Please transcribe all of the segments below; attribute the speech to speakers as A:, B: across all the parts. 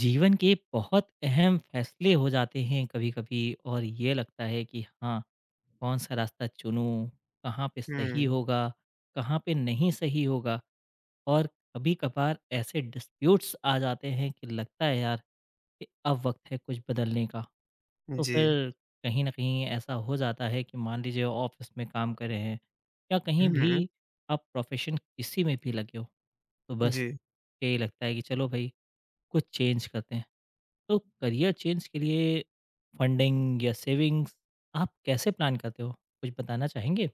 A: जीवन के बहुत अहम फैसले हो जाते हैं कभी-कभी और ये लगता है कि हाँ, कौन-सा रास्ता चुनूँ? कहाँ पे सही
B: हुँ,
A: होगा? कहाँ पे नहीं सही होगा? और कभी-कभार ऐसे डिस्प्यूट्स आ जाते हैं कि लगता है यार कि अब वक़्त है कुछ बदलने का। तो
B: जी।
A: फिर कहीं न कहीं ऐसा हो जाता है कि मान लीजिए ऑफ़िस में काम कर रहे हैं या कहीं भी
B: हुँ,
A: आप प्रोफ़ेशन किसी में भी लगे हो, तो बस
B: जी।
A: यही लगता है कि चलो भई कुछ चेंज करते हैं। तो करियर चेंज के लिए फंडिंग या सेविंग्स आप कैसे प्लान करते हो? कुछ बताना चाहेंगे?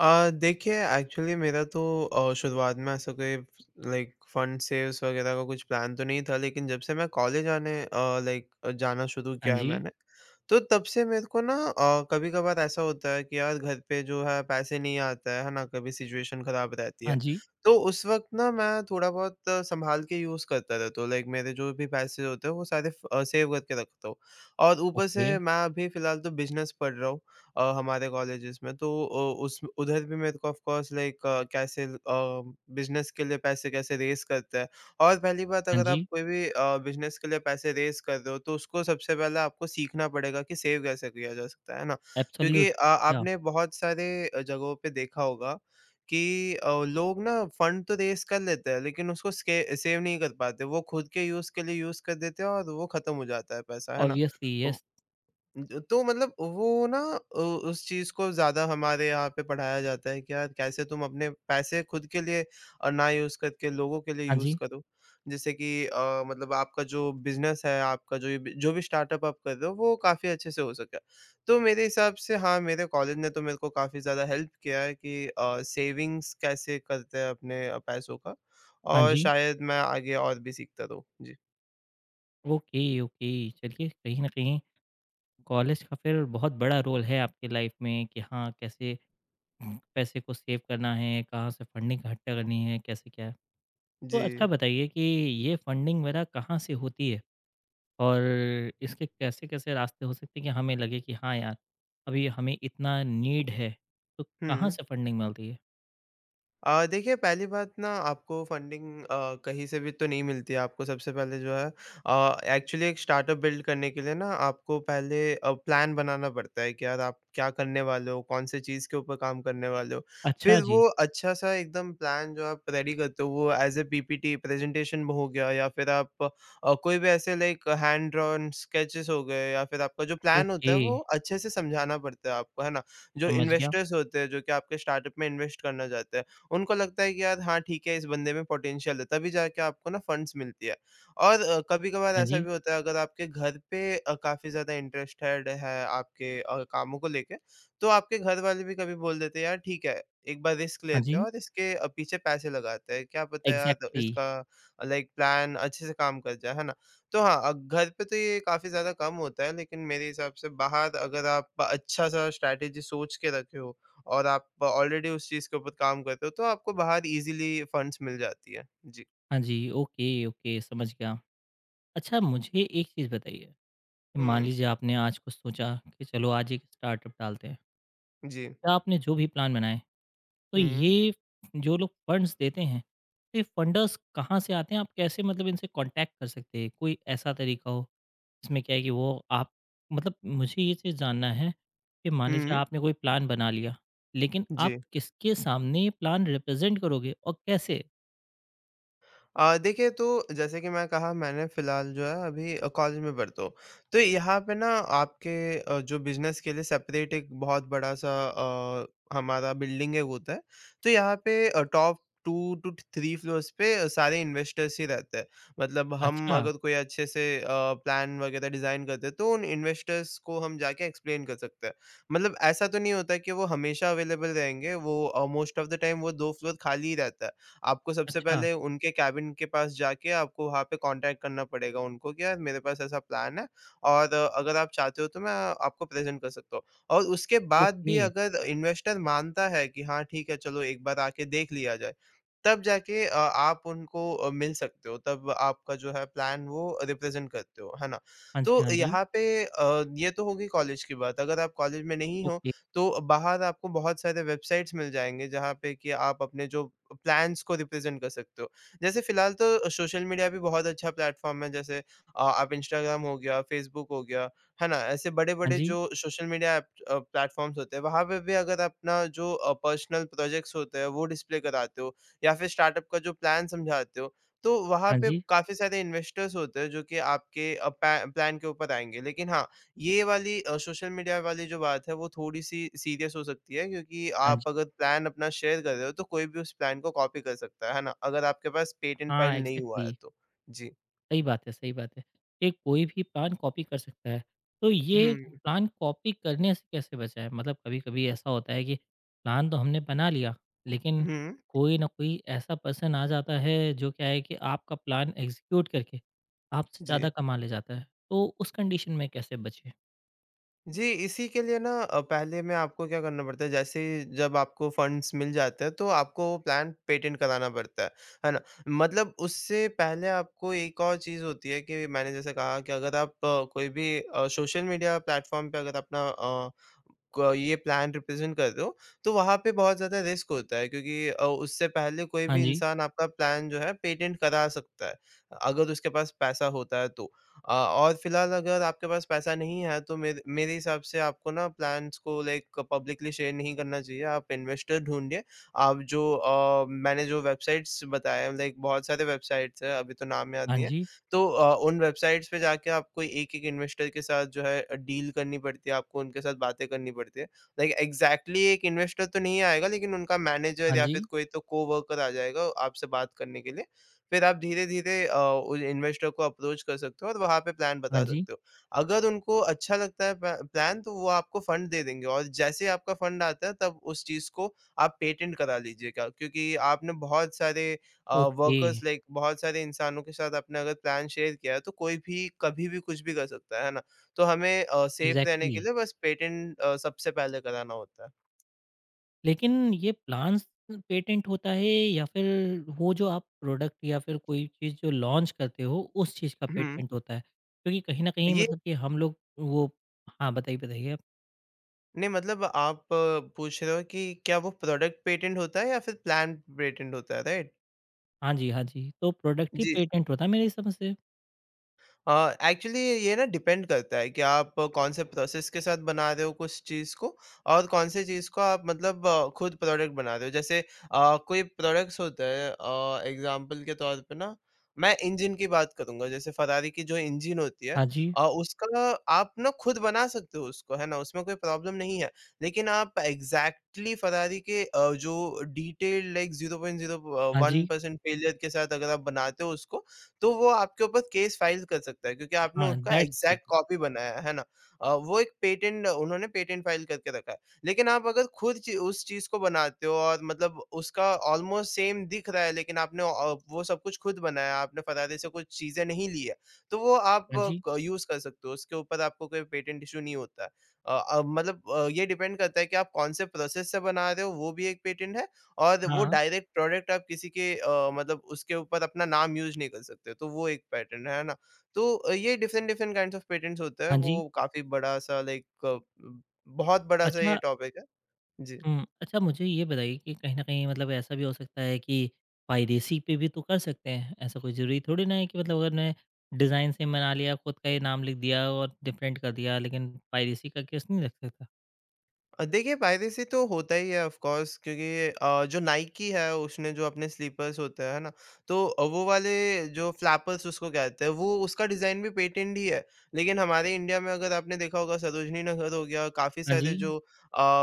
B: देखिए एक्चुअली मेरा तो शुरुआत में ऐसा कोई लाइक फंड सेव्स वगैरह का कुछ प्लान तो नहीं था, लेकिन जब से मैं कॉलेज आने अ, लाइक जाना शुरू
A: हाँ
B: किया है
A: जी।
B: मैंने, तो तब से मेरे को ना कभी-कभार ऐसा होता है कि यार घर पे जो है पैसे नहीं आता है ना? कभी सिचुएशन खराब रहती
A: हाँ
B: है।
A: जी।
B: तो उस वक़्त ना मैं थोड़ा-बहुत सँभाल के यूज़ करता रहता हूँ। लाइक मेरे जो भी पैसे होते हैं वो सारे सेव करके रखता हूँ। और ऊपर
A: ओके।
B: से मैं अभी फ़िलहाल तो बिज़नेस पढ़ रहा हूँ। हमारे कॉलेजेस में तो अ, उस उधर भी मेरे को ऑफ कोर्स लाइक कैसे, बिज़नेस के लिए पैसे कैसे रेज़ करते हैं। और पहली बात,
A: हाँ
B: अगर आप
A: जी।
B: कोई भी बिज़नेस के लिए पैसे रेज़ कर रहे हो तो उसको सबसे पहले आपको सीखना पड़ेगा कि सेव कैसे किया जा सकता है, ना?
A: एब्सोल्यूट।
B: क्योंकि
A: या
B: आपने बहुत सारे जगहों पे देखा होगा कि लोग ना फंड तो रेज़ कर लेते हैं लेकिन उसको स्के सेव नहीं कर पाते। वो खुद के यूज़ के लिए यूज़ कर देते हैं और वो ख़त्म हो जाता है पैसा, है ना?
A: Obviously yes.
B: ज तो मतलब वो ना उस चीज़ को ज़्यादा हमारे यहाँ पे पढ़ाया जाता है कि यार कैसे तुम अपने पैसे खुद के लिए ना यूज़ करके लोगों के लिए
A: हाँ
B: यूज़
A: जी।
B: करो। जैसे कि मतलब आपका जो बिज़नेस है, आपका जो ये बि जो भी स्टार्टअप आप कर रहे हो वो काफ़ी अच्छे से हो सके। तो मेरे हिसाब से हाँ, मेरे कॉलेज ने तो मेरे को काफ़ी ज़्यादा हेल्प किया है कि सेविंग्स कैसे करते हैं अपने पैसों का।
A: हाँ
B: और
A: जी।
B: शायद मैं आगे और भी सीखता रहूँ। जी।
A: Okay, okay. चलिए कहीं न कहीं कॉलेज का फिर बहुत बड़ा रोल है आपकी लाइफ में कि हाँ, कैसे पैसे को सेव करना है, कहाँ से फंडिंग इकट्ठा करनी है, कैसे क्या है। तो
B: जी।
A: अच्छा बताइए कि ये फंडिंग वगैरह कहाँ से होती है? और इसके कैसे-कैसे रास्ते हो सकते हैं कि हमें लगे कि हाँ यार, अभी हमें इतना नीड है, तो कहाँ
B: हुँ।
A: से फंडिंग मिलती है?
B: देखिए पहली बात ना, आपको फंडिंग कहीं से भी तो नहीं मिलती है। आपको सबसे पहले जो है एक्चुअली एक स्टार्टअप बिल्ड करने के लिए ना आपको पहले प्लान बनाना पड़ता है कि यार आप क्या करने वाले हो, कौन से चीज़ के ऊपर काम करने वाले हो।
A: अच्छा
B: फिर
A: जी,
B: वो अच्छा सा एकदम प्लान जो आप रेडी करते हो वो एज़ अ पीपीटी प्रेजेंटेशन हो गया, या फिर आप कोई भी ऐसे लाइक हैंड ड्रॉन स्केचेस हो गए, या फिर आपका जो प्लान होता
A: ओके,
B: है वो अच्छे से समझाना पड़ता है आपको, है ना? जो
A: समझ गया।
B: इन्वेस्टर्स होते हैं, जो कि आपके स्टार्टअप में इन्वेस्ट करना चाहते हैं, उनको लगता है कि यार हाँ ठीक है, इस बंदे में पोटेंशियल है, तभी जाके आपको ना फंड्स मिलती है। और कभी-कभार
A: हाँ
B: ऐसा
A: जी,
B: भी होता है, अगर आपके घर पे काफ़ी ज़्यादा इंटरेस्टेड है आपके कामों को लेके, तो आपके घर वाले भी कभी बोल देते हैं यार ठीक है, एक बार रिस्क
A: हाँ
B: लेते हैं
A: जी,
B: और इसके पीछे पैसे लगाते हैं, क्या पता यार
A: एग्ज़ैक्टली।
B: इसका लाइक प्लान अच्छे से काम कर जाए, है ना? तो हाँ, घर पे तो ये काफ़ी ज़्यादा कम होता है, लेकिन मेरे हिसाब से बाहर अगर आप अच्छा सा स्ट्रैटेजी सोच के रखे हो और आप ऑलरेडी उस चीज़ के ऊपर काम करते हो, तो आपको बाहर ईज़िली फंड्स मिल जाती है। जी।
A: हाँ जी, ओके, ओके, समझ गया। अच्छा मुझे एक चीज़ बताइए, कि मान
B: हुँ।
A: लीजिए आपने आज कुछ सोचा कि चलो आज एक स्टार्टअप डालते हैं,
B: जी।
A: या आपने जो भी प्लान बनाए, तो
B: हुँ।
A: ये जो लोग फंड्स देते हैं, तो ये फंडर्स कहाँ से आते हैं? आप कैसे मतलब इनसे कॉन्टैक्ट कर सकते हैं? कोई ऐसा तरीका हो? इसमें क्या है कि वो आप मतलब मुझे ये चीज़ जानना है कि मान लीजिए
B: हुँ।
A: आपने कोई प्लान बना लिया, लेकिन आप
B: जी।
A: किसके सामने ये प्लान रिप्रेज़ेंट करोगे और कैसे?
B: देखिए तो जैसे कि मैं कहा मैंने फ़िलहाल जो है अभी कॉलेज में पढ़ता हूँ। तो यहाँ पे ना आपके जो बिज़नेस के लिए सेपरेट एक बहुत बड़ा-सा हमारा बिल्डिंग है वो होता है। तो यहाँ पे टॉप 2 टू 3 फ्लोर्स पे सारे इन्वेस्टर्स ही रहते हैं। मतलब हम
A: अच्छा,
B: अगर कोई अच्छे से प्लान वग़ैरह डिज़ाइन करते हैं तो उन इन्वेस्टर्स को हम जाके एक्सप्लेन कर सकते हैं। मतलब ऐसा तो नहीं होता कि वो हमेशा अवेलेबल रहेंगे, वो मोस्ट ऑफ़ द टाइम वो 2 फ्लोर खाली ही रहता है। आपको सबसे
A: अच्छा,
B: पहले उनके केबिन के पास जाके आपको वहाँ पे कॉन्टैक्ट करना पड़ेगा उनको कि यार मेरे पास ऐसा प्लान है और अगर आप चाहते हो तो मैं आपको प्रेजेंट कर सकता हूँ। और उसके बाद भी
A: ओके।
B: अगर इन्वेस्टर मानता है कि हाँ ठीक है, चलो एक बार आके देख लिया जाए, तब जाके आप उनको मिल सकते हो, तब आपका जो है प्लान वो रिप्रेज़ेंट करते हो, है ना?
A: हाँ
B: तो
A: जी, हाँ जी,
B: यहाँ पे ये तो होगी कॉलेज की बात, अगर आप कॉलेज में नहीं हो
A: ओके।
B: तो बाहर आपको बहुत सारे वेबसाइट्स मिल जाएँगे जहाँ पे कि आप अपने जो प्लान्स को रिप्रेज़ेंट कर सकते हो। जैसे फ़िलहाल तो सोशल मीडिया भी बहुत अच्छा प्लेटफ़ॉर्म है, जैसे आप इंस्टाग्राम हो गया, फ़ेसबुक हो गया, है ना? ऐसे
A: हाँ
B: बड़े-बड़े
A: जी,
B: जो सोशल मीडिया एप अ, प्लेटफ़ॉर्म्स होते हैं वहाँ पे भी अगर अपना जो पर्सनल प्रोजेक्ट्स होते हैं वो डिस्प्ले कराते हो या फिर स्टार्टअप का जो प्लान समझाते हो, तो वहाँ
A: हाँ
B: पे
A: जी,
B: काफ़ी सारे इन्वेस्टर्स होते हैं जो कि आपके अ, पै प्लान के ऊपर आएँगे। लेकिन हाँ, ये वाली सोशल मीडिया वाली जो बात है वो थोड़ी-सी सीरियस हो सकती है, क्योंकि
A: हाँ
B: आप
A: जी।
B: अगर प्लान अपना शेयर कर रहे हो तो कोई भी उस प्लान को कॉपी कर सकता है ना? अगर आपके पास पेटेंट
A: हाँ,
B: फाइल नहीं हुआ है
A: एग्ज़ैक्टली।
B: तो। जी।
A: सही बात है, सही बात है। ये कोई भी प्लान कॉपी कर सकता है। तो ये
B: हुँ।
A: प्लान कॉपी करने से कैसे बचाएँ? मतलब कभी-कभी ऐसा होता है कि प्लान तो हमने बना लिया, लेकिन
B: हुँ,
A: कोई न कोई ऐसा पर्सन आ जाता है जो क्या है कि आपका प्लान एग्ज़ीक्यूट करके आपसे
B: जी।
A: ज़्यादा कमा ले जाता है। तो उस कंडीशन में कैसे बचें?
B: जी, इसी के लिए ना पहले में आपको क्या करना पड़ता है, जैसे जब आपको फंड्स मिल जाते हैं, तो आपको वो प्लान पेटेंट कराना पड़ता है ना? मतलब उससे पहले आपको एक और चीज़ होती है कि मैंने जैसे कहा कि अगर आप कोई भी सोशल मीडिया प्लेटफ़ॉर्म पे अगर अपना अ, क ये प्लान रिप्रेज़ेंट कर रहे हो, तो वहाँ पे बहुत ज़्यादा रिस्क होता है, क्योंकि उससे पहले कोई
A: हाँ
B: भी
A: जी,
B: इंसान आपका प्लान जो है पेटेंट करा सकता है, अगर उसके पास पैसा होता है तो। और फ़िलहाल अगर आपके पास पैसा नहीं है तो मेरे मेरे हिसाब से आपको ना प्लान्स को लाइक पब्लिकली शेयर नहीं करना चाहिए। आप इन्वेस्टर ढूँढिए। आप जो मैंने जो वेबसाइट्स बताए हैं लाइक बहुत सारे वेबसाइट्स हैं, अभी तो नाम याद
A: हाँ
B: नहीं है।
A: जी,
B: तो उन वेबसाइट्स पे जाके आपको एक-एक इन्वेस्टर के साथ जो है डील करनी पड़ती है, आपको उनके साथ बातें करनी पड़ती है। लाइक एग्ज़ैक्टली एक इन्वेस्टर तो नहीं आएगा लेकिन उनका
A: हाँ
B: मैनेजर या
A: जी,
B: फिर कोई तो कोवर्कर आ जाएगा आपसे बात करने के लिए। फिर आप धीरे-धीरे उस इन्वेस्टर को अप्रोच कर सकते हो और वहाँ पे प्लान
A: हाँ
B: बता
A: जी।
B: सकते हो। अगर उनको अच्छा लगता है प प्लान, तो वो आपको फंड दे देंगे, और जैसे ही आपका फंड आता है तब उस चीज़ को आप पेटेंट करा लीजिएगा। क्योंकि आपने बहुत सारे
A: ओके,
B: वर्कर्स लाइक बहुत सारे इंसानों के साथ आपने अगर प्लान शेयर किया है तो कोई भी कभी भी कुछ भी कर सकता है ना? तो हमें सेफ रहने
A: एग्ज़ैक्टली।
B: के लिए बस पेटेंट सबसे पहले कराना होता है।
A: लेकिन ये प्लान्स पेटेंट होता है या फिर वो जो आप प्रोडक्ट या फिर कोई चीज़ जो लॉन्च करते हो उस चीज़ का
B: हुँ।
A: पेटेंट होता है? क्योंकि कहीं न कहीं
B: ये
A: मतलब कि हम लोग वो हाँ, बताइए, बताइए आप?
B: नहीं, मतलब आप पूछ रहे हो कि क्या वो प्रोडक्ट पेटेंट होता है या फिर प्लान पेटेंट होता है, राइट?
A: हाँ जी, हाँ जी। तो प्रोडक्ट ही
B: जी,
A: पेटेंट होता है मेरे समझ से।
B: एक्चुअली ये ना डिपेंड करता है कि आप कौन से प्रोसेस के साथ बना रहे हो कुछ चीज़ को, और कौन से चीज़ को आप मतलब खुद प्रोडक्ट बना रहे हो। जैसे कोई प्रोडक्ट्स होते हैं, एग्जांपल के तौर पे ना मैं इंजन की बात करूंगा, जैसे फरारी की जो इंजन होती है,
A: हाँ जी,
B: उसका आप ना खुद बना सकते हो उसको, है ना? उसमें कोई प्रॉब्लम नहीं है, लेकिन आप एग्जैक्टली exactly फरारी के जो detail like zero point zero
A: हाँ
B: वन
A: जी,
B: परसेंट फेलियर के साथ अगर आप बनाते हो उसको, तो वो आपके ऊपर केस फाइल कर सकता है, क्योंकि आपने
A: हाँ,
B: उसका
A: दैट्स इट।
B: एग्ज़ैक्ट कॉपी बनाया है, ना? वो एक पेटेंट उन्होंने पेटेंट फाइल करके रखा है। लेकिन आप अगर खुद ची उस चीज़ को बनाते हो और मतलब उसका ऑलमोस्ट सेम दिख रहा है, लेकिन आपने वो सब कुछ खुद बनाया है, आपने फरारी से कुछ चीज़ें नहीं ली है, तो वो आप
A: हाँ जी,
B: क यूज़ कर सकते हो, उसके ऊपर आपको कोई पेटेंट इश्यू नहीं होता है। मतलब ये डिपेंड करता है कि आप कौन से प्रोसेस से बना रहे हो, वो भी एक पेटेंट है, और वो
A: हाँ,
B: डायरेक्ट प्रोडक्ट आप किसी के मतलब उसके ऊपर अपना नाम यूज़ नहीं कर सकते, तो वो एक पैटर्न है ना? तो ये different different kinds of patterns होते हैं,
A: हाँ जी।
B: वो काफ़ी बड़ा-सा लाइक बहुत बड़ा-सा ये
A: अच्छा
B: टॉपिक है। जी।
A: हुँ। अच्छा मुझे ये बताइए कि कहीं न कहीं मतलब ऐसा भी हो सकता है कि पायरेसी पे भी तो कर सकते हैं। ऐसा कोई ज़रूरी थोड़ी ना है कि मतलब अगर मैं डिज़ाइन सेम बना लिया, खुद का ही नाम लिख दिया और डिफरेंट कर दिया, लेकिन पायरेसी का केस नहीं लग सकता?
B: देखिए, फायदे से तो होता ही है ऑफ कोर्स, क्योंकि जो नाइकी है उसने जो अपने स्लीपर्स होते हैं ना, तो वो वाले जो फ्लैपर्स उसको कहते हैं, वो उसका डिजाइन भी पेटेंट ही है। लेकिन हमारे इंडिया में अगर आपने देखा होगा, सरोजनी नगर हो गया, काफी
A: हाँ जी।
B: सारे जो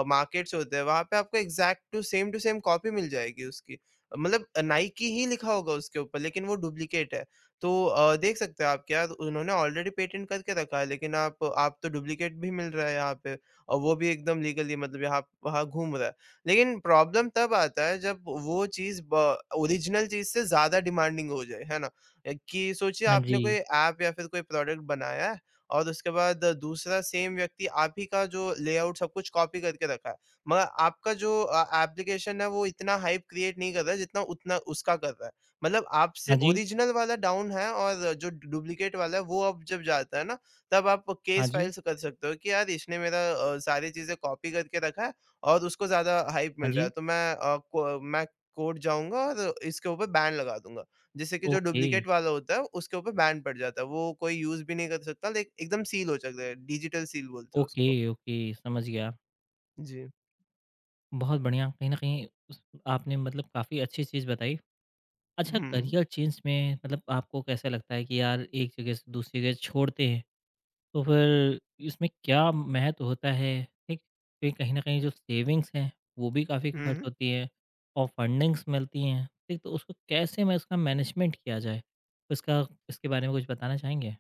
B: मार्केट्स होते हैं, वहां पे आपको एग्जैक्ट टू सेम कॉपी मिल जाएगी उसकी। मतलब नाइकी ही लिखा होगा उसके ऊपर, लेकिन वो डुप्लीकेट है। तो देख सकते हैं आप क्या उन्होंने ऑलरेडी पेटेंट करके रखा है, लेकिन आप तो डुप्लीकेट भी मिल रहा है यहाँ पे, और वो भी एकदम लीगली, मतलब यहाँ वहाँ घूम रहा है। लेकिन प्रॉब्लम तब आता है जब वो चीज़ ब ओरिजिनल चीज़ से ज़्यादा डिमांडिंग हो जाए, है ना? कि सोचिए,
A: हाँ जी।
B: आपने कोई ऐप या फिर कोई प्रोडक्ट बनाया है और उसके बाद दूसरा सेम व्यक्ति आप ही का जो लेआउट सब कुछ कॉपी करके रखा है। मगर आपका जो एप्लीकेशन है वो इतना हाइप क्रिएट नहीं कर रहा है जितना उतना उसका कर रहा है। मतलब
A: हाँ
B: आपसे
A: जी।
B: ओरिजिनल वाला डाउन है और जो डुप्लीकेट वाला है वो अब जब जाता है ना, तब आप
A: हाँ
B: केस
A: जी।
B: फाइल स कर सकते हो कि यार इसने मेरा सारी चीज़ें कॉपी करके रखा है और उसको ज़्यादा हाइप
A: हाँ
B: मिल रहा है,
A: जी।
B: तो मैं अ, को मैं कोर्ट जाऊँगा और इसके ऊपर बैन लगा दूँगा। जिससे कि जो
A: ओके।
B: डुप्लीकेट वाला होता है उसके ऊपर बैन पड़ जाता है। वो कोई यूज़ भी नहीं कर सकता, लेक एकदम सील हो जाता है, डिजिटल सील बोलते हैं उसको।
A: ओके, ओके समझ गया।
B: जी।
A: बहुत बढ़िया कहीं न कहीं उस आपने मतलब काफ़ी अच्छी चीज़ बताई। अच्छा
B: हुँ।
A: करियर चेंज में मतलब आपको कैसा लगता है कि यार एक जगह से दूसरी जगह छोड़ते हैं, तो फिर इसमें क्या महत्व होता है, ठीक? क्योंकि कहीं न कहीं जो सेविंग्स हैं, वो भी काफ़ी
B: हुँ,
A: खर्च
B: हुँ।
A: होती है और फंडिंग्स मिलती हैं, ठीक? तो उसको कैसे मैं इसका मैनेजमेंट किया जाए? इसका इसके बारे में कुछ बताना चाहेंगे?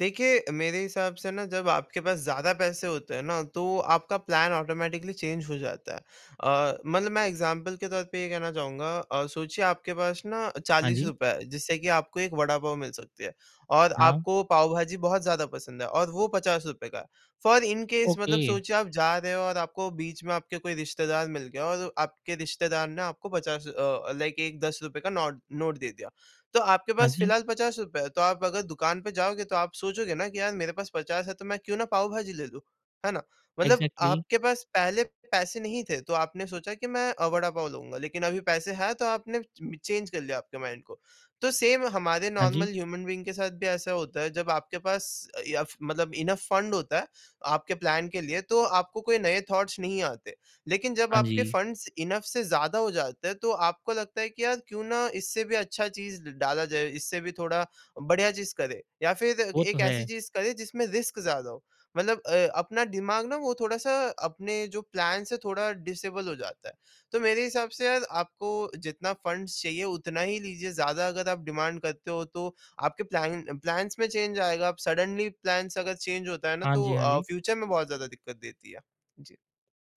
B: देखिए, मेरे हिसाब से ना, जब आपके पास ज़्यादा पैसे होते हैं ना, तो आपका प्लान ऑटोमैटिकली चेंज हो जाता है। मतलब मैं एग्ज़ाम्पल के तौर पे ये कहना चाहूँगा, सोचिए आपके पास ना
A: हाँ
B: ₹40
A: जी,
B: है, जिससे कि आपको 1 वड़ा पाव मिल सकती है और
A: हाँ,
B: आपको पाव भाजी बहुत ज़्यादा पसंद है और वो ₹50 का है। फ़ॉर इन केस,
A: ओके,
B: मतलब सोचिए आप जा रहे हो और आपको बीच में आपके कोई रिश्तेदार मिल गया और आपके रिश्तेदार ने आपको 50 लाइक एक ₹10 का नोट नोट दे दिया। तो आपके
A: हाँ
B: पास
A: जी,
B: फिलहाल ₹50 है, तो आप अगर दुकान पे जाओगे तो आप सोचोगे ना कि यार मेरे पास 50 है तो मैं क्यों ना पाव भाजी ले लूँ, है ना? मतलब
A: एग्ज़ैक्टली,
B: आपके पास पहले पैसे नहीं थे तो आपने सोचा कि मैं वड़ा पाव लूँगा, लेकिन अभी पैसे हैं तो आपने च चेंज कर लिया आपके माइंड को। तो सेम हमारे
A: हाँ जी,
B: नॉर्मल ह्यूमन बीइंग के साथ भी ऐसा होता है। जब आपके पास या फ मतलब इनफ फंड होता है आपके प्लान के लिए, तो आपको कोई नए थॉट्स नहीं आते। लेकिन जब
A: हाँ
B: आपके
A: जी,
B: फंड्स इनफ से ज़्यादा हो जाते हैं, तो आपको लगता है कि यार क्यों ना इससे भी अच्छा चीज़ ड डाला जाए, इससे भी थोड़ा बढ़िया चीज़ करें या फिर
A: वो तो
B: एक
A: है।
B: ऐसी चीज़ करें जिसमें रिस्क ज़्यादा हो। मतलब अपना दिमाग ना वो थोड़ा-सा अपने जो प्लान से थोड़ा डिसेबल हो जाता है। तो मेरे हिसाब से यार, आपको जितना फंड्स चाहिए उतना ही लीजिए। ज़्यादा अगर आप डिमांड करते हो तो आपके प्लान्स में चेंज आएगा। आप सडनली प्लान्स अगर चेंज होता है ना,
A: हाँ
B: तो
A: जी, हाँ जी,
B: फ्यूचर में बहुत ज़्यादा दिक्कत देती है। जी।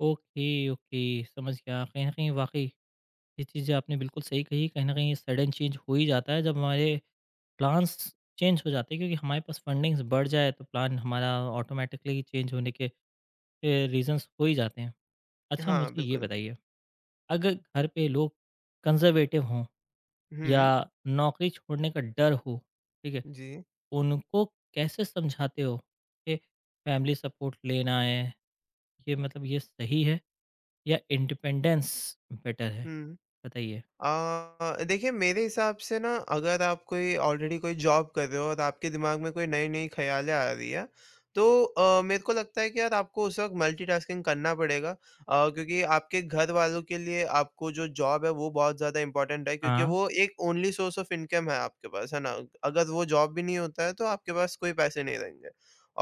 A: ओके, ओके, समझ गया। कहीं न कहीं वाक़ई ये चीज़ें आपने बिल्कुल सही कही। कहीं न कहीं सडन चेंज हो ही जाता है जब हमारे प्लान्स चेंज हो जाते हैं क्योंकि हमारे पास फंडिंग्स बढ़ जाए तो प्लान हमारा ऑटोमेटिकली चेंज होने के रीज़न्स हो ही जाते हैं। अच्छा
B: हाँ,
A: मुझे ये
B: बिल्कुल।
A: बताइए, अगर घर पे लोग कंज़र्वेटिव हों या
B: हुँ,
A: नौकरी छोड़ने का डर हो, ठीक है?
B: जी।
A: उनको कैसे समझाते हो कि फैमिली सपोर्ट लेना है, ये मतलब ये सही है या इंडिपेंडेंस बेटर है?
B: हुँ।
A: बताइए।
B: देखिए, मेरे हिसाब से ना, अगर आप कोई ऑलरेडी कोई जॉब कर रहे हो और आपके दिमाग में कोई नई-नई ख़्यालें आ रही है, तो मेरे को लगता है कि यार आपको उस वक़्त मल्टीटास्किंग करना पड़ेगा। क्योंकि आपके घर वालों के लिए आपको जो जॉब है वो बहुत ज़्यादा इम्पोर्टेंट है, क्योंकि
A: हाँ,
B: वो एक ओनली सोर्स ऑफ इनकम है आपके पास, है ना? अगर वो जॉब भी नहीं होता है तो आपके पास कोई पैसे नहीं रहेंगे।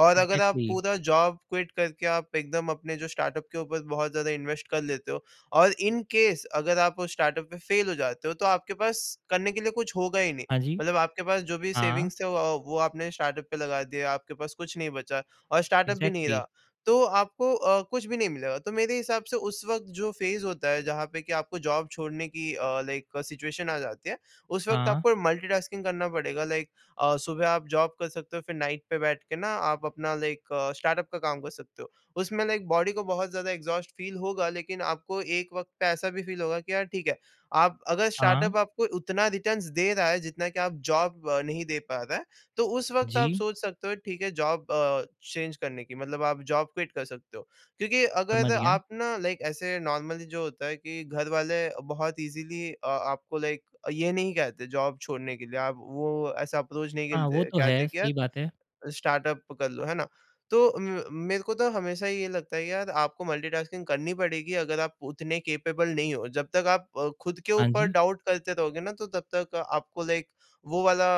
B: और अगर आप
A: एग्ज़ैक्टली।
B: पूरा जॉब क्विट करके आप एकदम अपने जो स्टार्टअप के ऊपर बहुत ज़्यादा इन्वेस्ट कर लेते हो और इन केस अगर आप उस स्टार्टअप में फेल हो जाते हो, तो आपके पास करने के लिए कुछ होगा ही नहीं।
A: हाँ जी।
B: मतलब आपके पास जो भी
A: हाँ,
B: सेविंग्स थे वो आपने स्टार्टअप पे लगा दिए, आपके पास कुछ नहीं बचा और स्टार्टअप भी नहीं
A: एग्ज़ैक्टली
B: रहा। तो आपको कुछ भी नहीं मिलेगा। तो मेरे हिसाब से उस वक़्त जो फ़ेज़ होता है जहाँ पे कि आपको जॉब छोड़ने की लाइक सिचुएशन आ जाती है, उस वक़्त
A: हाँ,
B: आपको मल्टीटास्किंग करना पड़ेगा। लाइक सुबह आप जॉब कर सकते हो, फिर नाइट पे बैठ के ना आप अपना लाइक स्टार्टअप का काम कर सकते हो। उसमें लाइक बॉडी को बहुत ज़्यादा एग्ज़ॉस्ट फ़ील होगा, लेकिन आपको एक वक़्त पे ऐसा भी फ़ील होगा कि यार ठीक है। आप अगर
A: हाँ,
B: स्टार्टअप आपको उतना रिटर्न्स दे रहा है जितना कि आप जॉब नहीं दे पा रहा है, तो उस वक़्त आप
A: जी,
B: सोच सकते हो ठीक है, जॉब चेंज करने की मतलब आप जॉब क्विट कर सकते हो। क्योंकि अगर
A: समझ गया।
B: आप ना लाइक ऐसे नॉर्मली जो होता है कि घर वाले बहुत ईज़िली आपको लाइक ये नहीं कहते जॉब छोड़ने के लिए, आप वो ऐसा अप्रोच नहीं
A: हाँ, वो
B: करते,
A: तो है,
B: कहते कि यार
A: सही बात है।
B: स्टार्टअप कर लो, है ना? तो म मेरे को तो हमेशा ये लगता है यार आपको मल्टीटास्किंग करनी पड़ेगी अगर आप उतने कैपेबल नहीं हो। जब तक आप खुद के
A: हाँ
B: ऊपर
A: जी,
B: डाउट करते रहोगे ना, तो तब तक आपको लाइक वो वाला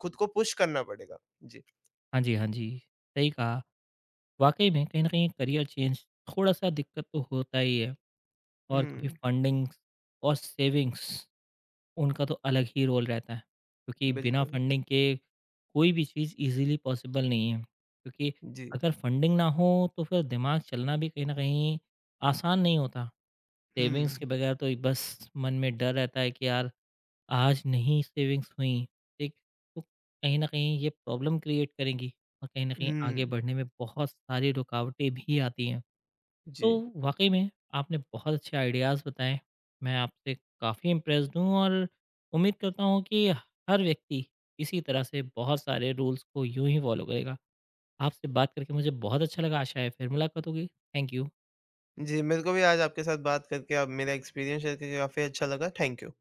B: खुद को पुश करना पड़ेगा। जी।
A: हाँ जी, हाँ जी, सही कहा। वाक़ई में कहीं न कहीं करियर चेंज थोड़ा-सा दिक्कत तो होता ही है और कभी
B: हुँ,
A: फंडिंग्स और सेविंग्स उनका तो अलग ही रोल रहता है, क्योंकि बिना
B: बिल्कुल।
A: फंडिंग के कोई भी चीज़ ईज़िली पॉसिबल नहीं है, क्योंकि
B: जी।
A: अगर फंडिंग ना हो तो फिर दिमाग चलना भी कहीं न कहीं आसान नहीं होता। सेविंग्स
B: हुँ,
A: के बगैर तो बस मन में डर रहता है कि यार आज नहीं सेविंग्स हुई, ठीक? तो कहीं न कहीं ये प्रॉब्लम क्रिएट करेंगी और कहीं न कहीं आगे
B: हुँ।
A: बढ़ने में बहुत सारी रुकावटें भी आती हैं।
B: जी।
A: तो वाक़ई में आपने बहुत अच्छे आइडियाज़ बताएँ। मैं आपसे काफ़ी इम्प्रेस्ड हूँ और उम्मीद करता हूँ कि हर व्यक्ति इसी तरह से बहुत सारे रूल्स को यूँ ही फ़ॉलो करेगा। आपसे बात करके मुझे बहुत अच्छा लगा, आशा है फिर मुलाकात होगी। Thank you.
B: जी, मेरे को भी आज आपके साथ बात करके अब मेरा एक्सपीरियंस शेयर करके काफ़ी अच्छा लगा। Thank you.